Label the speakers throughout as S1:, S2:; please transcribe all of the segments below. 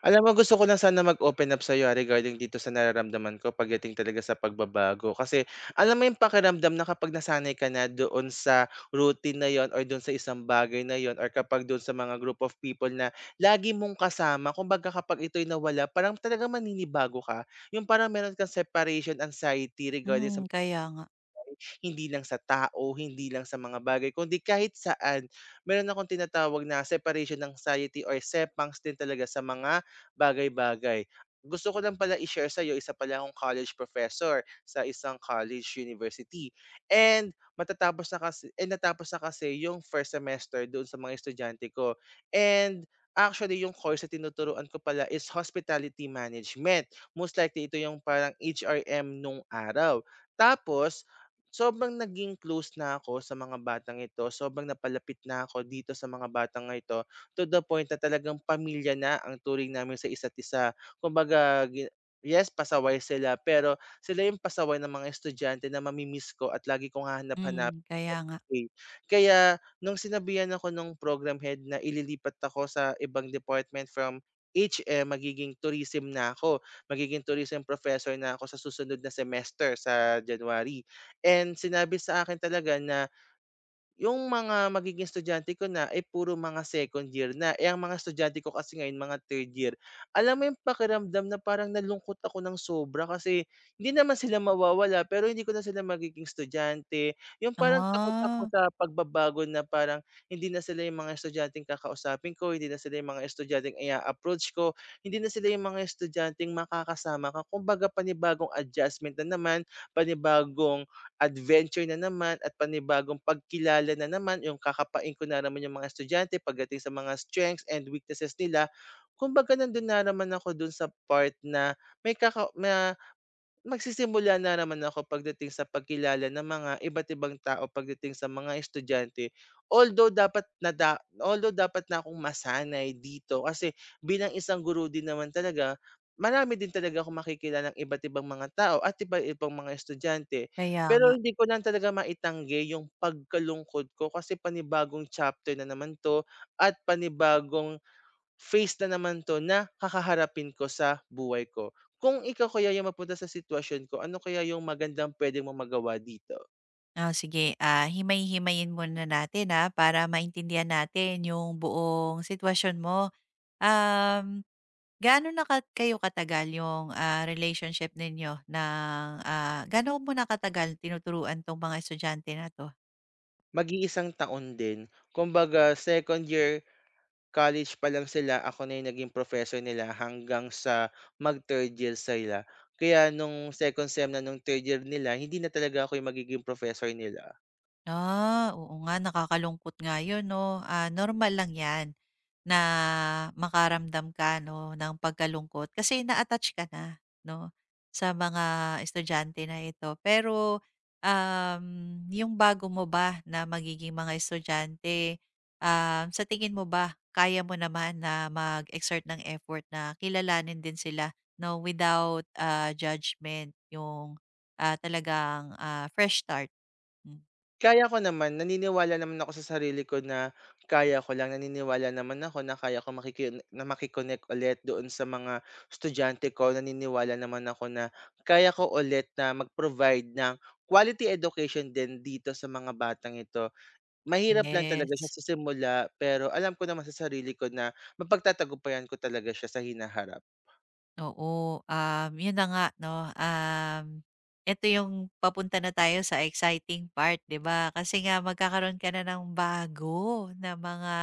S1: Alam mo, gusto ko lang sana mag-open up sa'yo, regarding dito sa nararamdaman ko pagdating talaga sa pagbabago. Kasi alam mo yung pakiramdam na kapag nasanay ka na doon sa routine na 'yon or doon sa isang bagay na 'yon or kapag doon sa mga group of people na lagi mong kasama, kumbaga kapag ito'y nawala, parang talagang maninibago ka. Yung parang meron kang separation anxiety regarding sa
S2: Hmm, kaya nga.
S1: hindi lang sa tao, hindi lang sa mga bagay, kundi kahit saan. Meron akong tinatawag na separation anxiety or sepangs din talaga sa mga bagay-bagay. Gusto ko lang pala i-share sa'yo, isa pala akong college professor sa isang college university. And matatapos na kasi and natapos na kasi yung first semester doon sa mga estudyante ko. And actually yung course na tinuturuan ko pala is hospitality management. Most likely ito yung parang HRM nung araw. Tapos sobrang naging close na ako sa mga batang ito. Sobrang napalapit na ako dito sa mga batang ito, to the point na talagang pamilya na ang turing namin sa isa't isa. Kumbaga, yes, pasaway sila, pero sila yung pasaway ng mga estudyante na mami ko at lagi kong hahanap-hanapin.
S2: Hmm, kaya nga.
S1: Kaya nung sinabihan ako nung program head na ililipat ako sa ibang department, from HM magiging tourism na ako, magiging tourism professor na ako sa susunod na semester sa January. And sinabi sa akin talaga na yung mga magiging estudyante ko na, eh, puro mga second year na. Eh, ang mga estudyante ko kasi ngayon mga third year. Alam mo yung pakiramdam na parang nalungkot ako ng sobra, kasi hindi naman sila mawawala pero hindi ko na sila magiging estudyante. Yung parang takot ako
S2: Ah,
S1: sa pagbabago, na parang hindi na sila yung mga estudyanteng kakausapin ko, hindi na sila yung mga estudyanteng i-approach ko, hindi na sila yung mga estudyanteng makakasama ka. Kumbaga panibagong adjustment na naman, panibagong adventure na naman at panibagong pagkilala na naman, yung kakapain ko na naman yung mga estudyante pagdating sa mga strengths and weaknesses nila. Kumbaga nandun na naman ako dun sa part na may kaka na magsisimula na naman ako pagdating sa pagkilala ng mga iba't ibang tao pagdating sa mga estudyante. Although dapat na akong masanay dito, kasi bilang isang guru din naman talaga, marami din talaga akong makikilalang iba't ibang mga tao at iba't ibang mga estudyante.
S2: kaya
S1: Pero
S2: nga.
S1: hindi ko lang talaga maitanggi yung pagkalungkod ko, kasi panibagong chapter na naman 'to at panibagong face na naman 'to na kakaharapin ko sa buhay ko. Kung ikaw kaya yung mapunta sa sitwasyon ko, ano kaya yung magandang pwede mong magawa dito?
S2: Sige, himay-himayin muna natin, para maintindihan natin yung buong sitwasyon mo. Um, gaano na ka kayo katagal yung, Gaano mo na katagal tinuturuan 'tong mga estudyante na 'to?
S1: Mag-iisang taon din, kumbaga second year college pa lang sila, ako na yung naging professor nila hanggang sa mag-third year sila. Kaya nung second sem na nung third year nila, hindi na talaga ako yung magiging professor nila.
S2: Oo nga, nakakalungkot nga 'yun 'no, normal lang 'yan na makaramdam ka 'no ng pagkalungkot kasi na-attach ka na 'no sa mga estudyante na ito. Pero, um, yung bago mo ba na magiging mga estudyante, sa tingin mo ba kaya mo naman na mag-exert ng effort na kilalanin din sila 'no without judgment yung talagang fresh start? Hmm.
S1: Kaya ko naman, naniniwala naman ako sa sarili ko na kaya ko lang. Naniniwala naman ako na kaya ko makiki na maki ulit doon sa mga estudyante ko. Naniniwala naman ako na kaya ko ulit na mag-provide ng quality education din dito sa mga batang ito. Mahirap lang talaga siya
S2: Yes.
S1: sa simula, pero alam ko naman sa sarili ko na mapagtatagumpayan ko talaga siya sa hinaharap.
S2: Oo, yun na nga 'no, eto yung papunta na tayo sa exciting part, 'di ba? Kasi nga magkakaroon ka na ng bago na mga,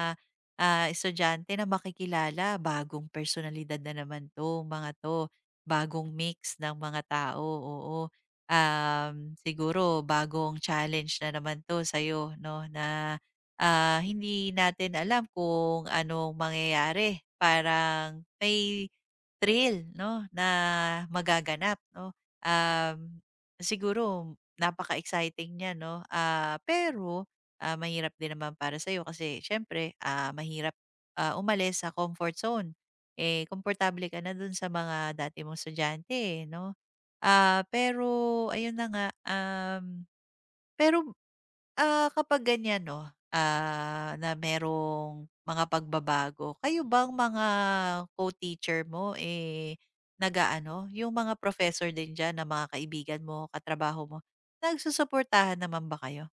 S2: ah, estudyante na makikilala. Bagong personalidad na naman 'to, mga 'to. Bagong mix ng mga tao, oo. Siguro bagong challenge na naman 'to sa'yo 'no, na, hindi natin alam kung anong mangyayari. Parang may thrill 'no, na magaganap 'no. Um, Siguro napaka-exciting niya 'no, pero, mahirap din naman para sa'yo kasi siyempre, mahirap, umalis sa comfort zone. Eh, komportable ka na dun sa mga dati mong estudyante, eh, 'no. Pero ayun na nga. Pero, kapag ganyan 'no, na merong mga pagbabago, kayo bang mga co-teacher mo, eh, nag-aano, yung mga professor din diyan na mga kaibigan mo, katrabaho mo, nagsusuportahan naman ba kayo?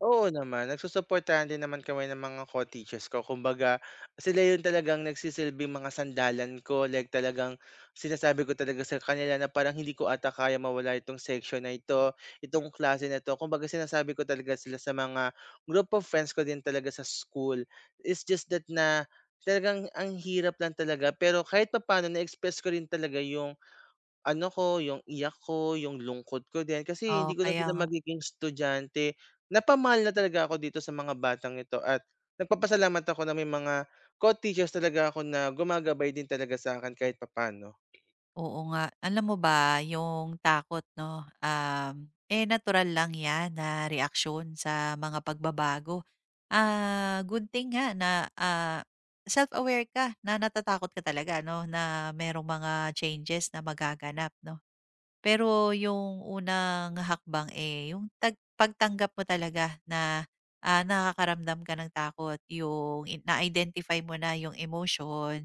S1: Oo naman, nagsusuportahan din naman kami ng mga co-teachers ko. Kumbaga, sila yung talagang nagsisilbing mga sandalan ko. Like, talagang sinasabi ko talaga sa kanila na parang hindi ko ata kaya mawala itong section na ito, itong klase na ito. Kumbaga, sinasabi ko talaga sila sa mga group of friends ko din talaga sa school. It's just that na talagang ang hirap lang talaga. Pero kahit papaano, na-express ko rin talaga yung ano ko, yung iyak ko, yung lungkot ko din, kasi hindi
S2: Oh,
S1: ko na
S2: kaya.
S1: sila magiging estudyante. Napamahal na talaga ako dito sa mga batang ito at nagpapasalamat ako na may mga co-teachers talaga ako na gumagabay din talaga sa akin kahit papaano.
S2: Oo nga. Alam mo ba yung takot 'no, eh, natural lang 'yan na reaksyon sa mga pagbabago. Good thing nga na, self-aware ka na natatakot ka talaga 'no, na merong mga changes na magaganap 'no. Pero yung unang hakbang, eh, yung pagtanggap mo talaga na nakakaramdam ka ng takot, yung na-identify mo na yung emotion.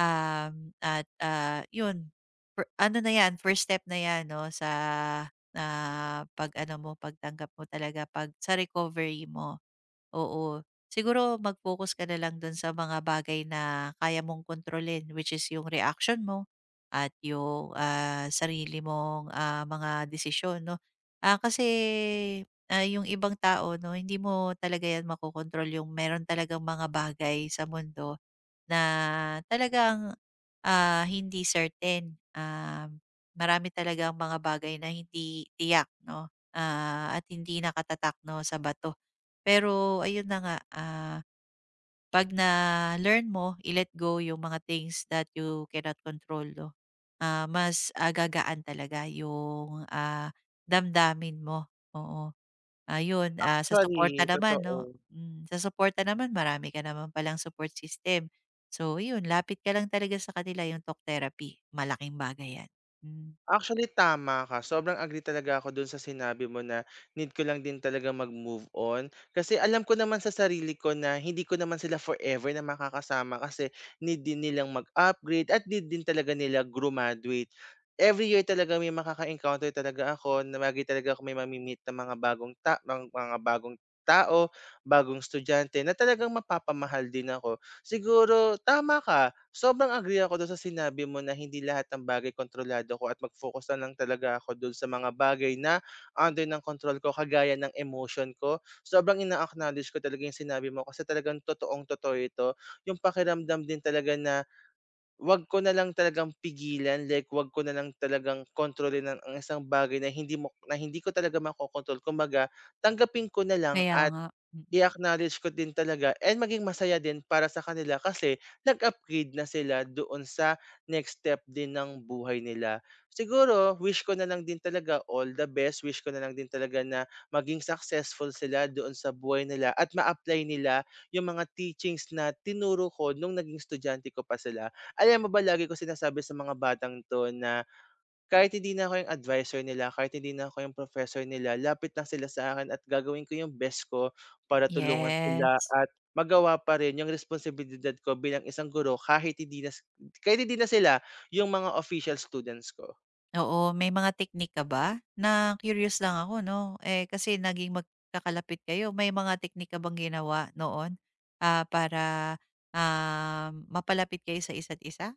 S2: At, 'yun ano na 'yan, first step na 'yan 'no sa, pagtanggap mo talaga 'pag sa recovery mo, oo. Siguro mag-focus ka na lang dun sa mga bagay na kaya mong kontrolin, which is yung reaction mo at yung sarili mong mga desisyon 'no. Kasi, yung ibang tao 'no, hindi mo talaga 'yan makokontrol yung meron talagang mga bagay sa mundo na talagang, hindi certain, marami talagang mga bagay na hindi tiyak 'no, at hindi nakatatak 'no, sa bato. Pero ayun na nga, 'pag na-learn mo i-let go yung mga things that you cannot control 'no, mas, agagaan talaga yung damdamin mo, oo. Ayun, sa suporta
S1: Actually,
S2: naman 'no,
S1: totoo.
S2: hmm, sa suporta naman marami ka naman palang support system. So yun, lapit ka lang talaga sa kanila yung talk therapy, malaking bagay yan. Hmm.
S1: Actually, tama ka. Sobrang agree talaga ako dun sa sinabi mo na need ko lang din talaga mag-move on. Kasi alam ko naman sa sarili ko na hindi ko naman sila forever na makakasama, kasi need din nilang mag-upgrade at need din talaga nila graduate. Every year talaga may makaka-encounter talaga ako, na lagi talaga ako may mamimit ng mga bagong tao, bagong estudyante na talagang mapapamahal din ako. Siguro tama ka. Sobrang agree ako do'n sa sinabi mo na hindi lahat ng bagay kontrolado ko, at mag-focus na lang talaga ako do'n sa mga bagay na under ng kontrol ko, kagaya ng emotion ko. Sobrang ina-acknowledge ko talaga yung sinabi mo, kasi talagang totoong-totoo ito. Yung pakiramdam din talaga na 'wag ko na lang talagang pigilan, like 'wag ko na lang talagang kontrolin ang isang bagay na hindi mo na hindi ko talaga makokontrol. Kumbaga, tanggapin ko na lang
S2: Kaya
S1: at
S2: nga, mm.
S1: i-acknowledge ko din talaga and maging masaya din para sa kanila, kasi nag-upgrade na sila doon sa next step din ng buhay nila. Siguro wish ko na lang din talaga all the best, wish ko na lang din talaga na maging successful sila doon sa buhay nila at ma-apply nila yung mga teachings na tinuro ko nung naging estudyante ko pa sila. Alam mo ba, lagi ko sinasabi sa mga batang 'to na kahit hindi na ako yung advisor nila, kahit hindi na ako yung professor nila, lapit lang sila sa akin at gagawin ko yung best ko para tulungan sila
S2: Yes.
S1: at magawa pa rin yung responsibilidad ko bilang isang guro, kahit hindi na sila yung mga official students ko.
S2: Oo, may mga technique ka ba? Na-curious lang ako 'no, eh, kasi naging magkakalapit kayo, may mga technique ka bang ginawa noon para mapalapit kayo sa isa't isa?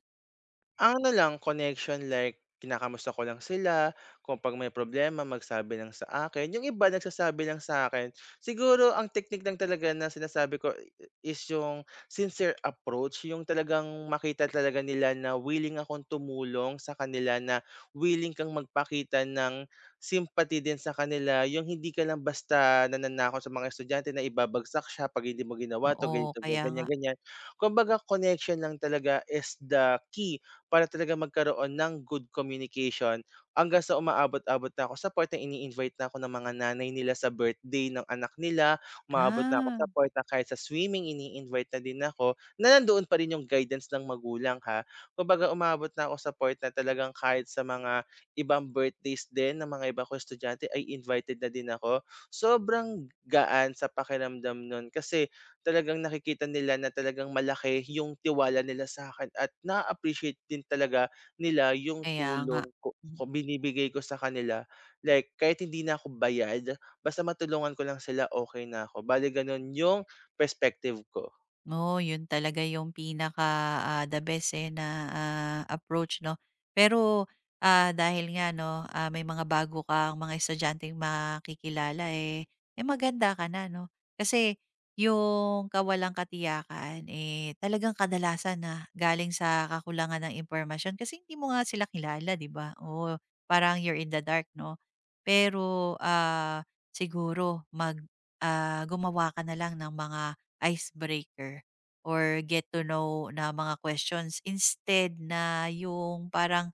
S1: Ang ano lang, connection, like kinakamusta ko lang sila, kung 'pag may problema magsabi lang sa akin. Yung iba nagsasabi lang sa akin. Siguro ang teknik lang talaga na sinasabi ko is yung sincere approach, yung talagang makita talaga nila na willing akong tumulong sa kanila, na willing kang magpakita ng sympathy din sa kanila. Yung hindi ka lang basta nananakaw sa mga estudyante na ibabagsak siya 'pag hindi mo ginawa 'to,
S2: Oo,
S1: ganito,
S2: kaya nga.
S1: ganyan, ganyan. Kumbaga connection lang talaga is the key para talaga magkaroon ng good communication, hanggang sa umaabot-abot na ako sa part na ini-invite na ako ng mga nanay nila sa birthday ng anak nila, umaabot na ako
S2: Ah,
S1: sa part na kahit sa swimming ini-invite na din ako, na nandoon pa rin yung guidance ng magulang ha. Kumbaga umaabot na ako sa part na talagang kahit sa mga ibang birthdays din ng mga iba kong estudyante ay invited na din ako. Sobrang gaan sa pakiramdam nun, kasi talagang nakikita nila na talagang malaki yung tiwala nila sa akin at na appreciate din talaga nila yung
S2: kaya nga.
S1: tulong ko ko binibigay ko sa kanila. Like kahit hindi na ako bayad, basta matulungan ko lang sila okay na ako, bale gano'n yung perspective ko.
S2: Oo, yun talaga yung pinaka, the best, eh, na, approach 'no. Pero, dahil nga 'no, may mga bago kang mga estudyanteng makikilala, eh, maganda ka na 'no. Kasi yung kawalang katiyakan, eh, talagang kadalasan, na galing sa kakulangan ng impormasyon kasi hindi mo nga sila kilala, 'di ba? Oo, parang you're in the dark 'no. Pero, siguro gumawa ka na lang ng mga icebreaker or get to know na mga questions instead na yung parang,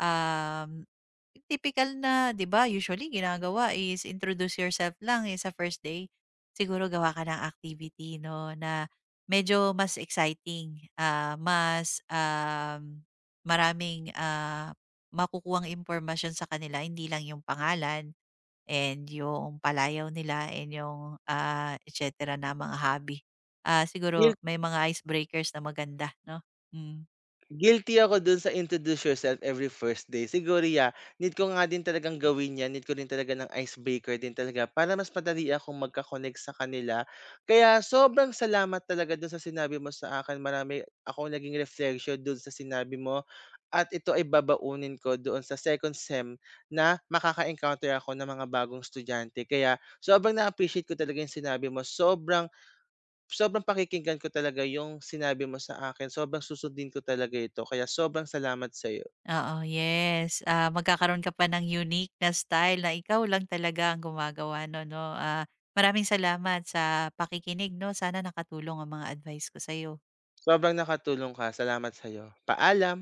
S2: um, yung tipikal na 'di ba usually ginagawa is introduce yourself lang, eh, sa first day. Siguro gawa ka ng activity 'no na medyo mas exciting, mas, maraming makukuhang impormasyon sa kanila hindi lang yung pangalan and yung palayaw nila and yung et cetera na mga hobby. Siguro may mga icebreakers na maganda 'no? Hmm,
S1: Guilty ako dun sa introduce yourself every first day. Siguro, yeah, need ko nga din talagang gawin yan. Need ko din talaga ng icebreaker din talaga para mas madali akong magka-connect sa kanila. Kaya sobrang salamat talaga dun sa sinabi mo sa akin. Marami ako naging reflection dun sa sinabi mo. At ito ay babaunin ko doon sa second sem na makaka-encounter ako ng mga bagong estudyante. Kaya sobrang na-appreciate ko talaga yung sinabi mo. Sobrang, sobrang pakikinggan ko talaga yung sinabi mo sa akin, sobrang susundin ko talaga ito kaya sobrang salamat sa'yo.
S2: oo, yes. Magkakaroon ka pa ng unique na style na ikaw lang talaga ang gumagawa no 'no? Maraming salamat sa pakikinig 'no, sana nakatulong ang mga advice ko sa'yo.
S1: Sobrang nakatulong ka, salamat sa'yo. Paalam.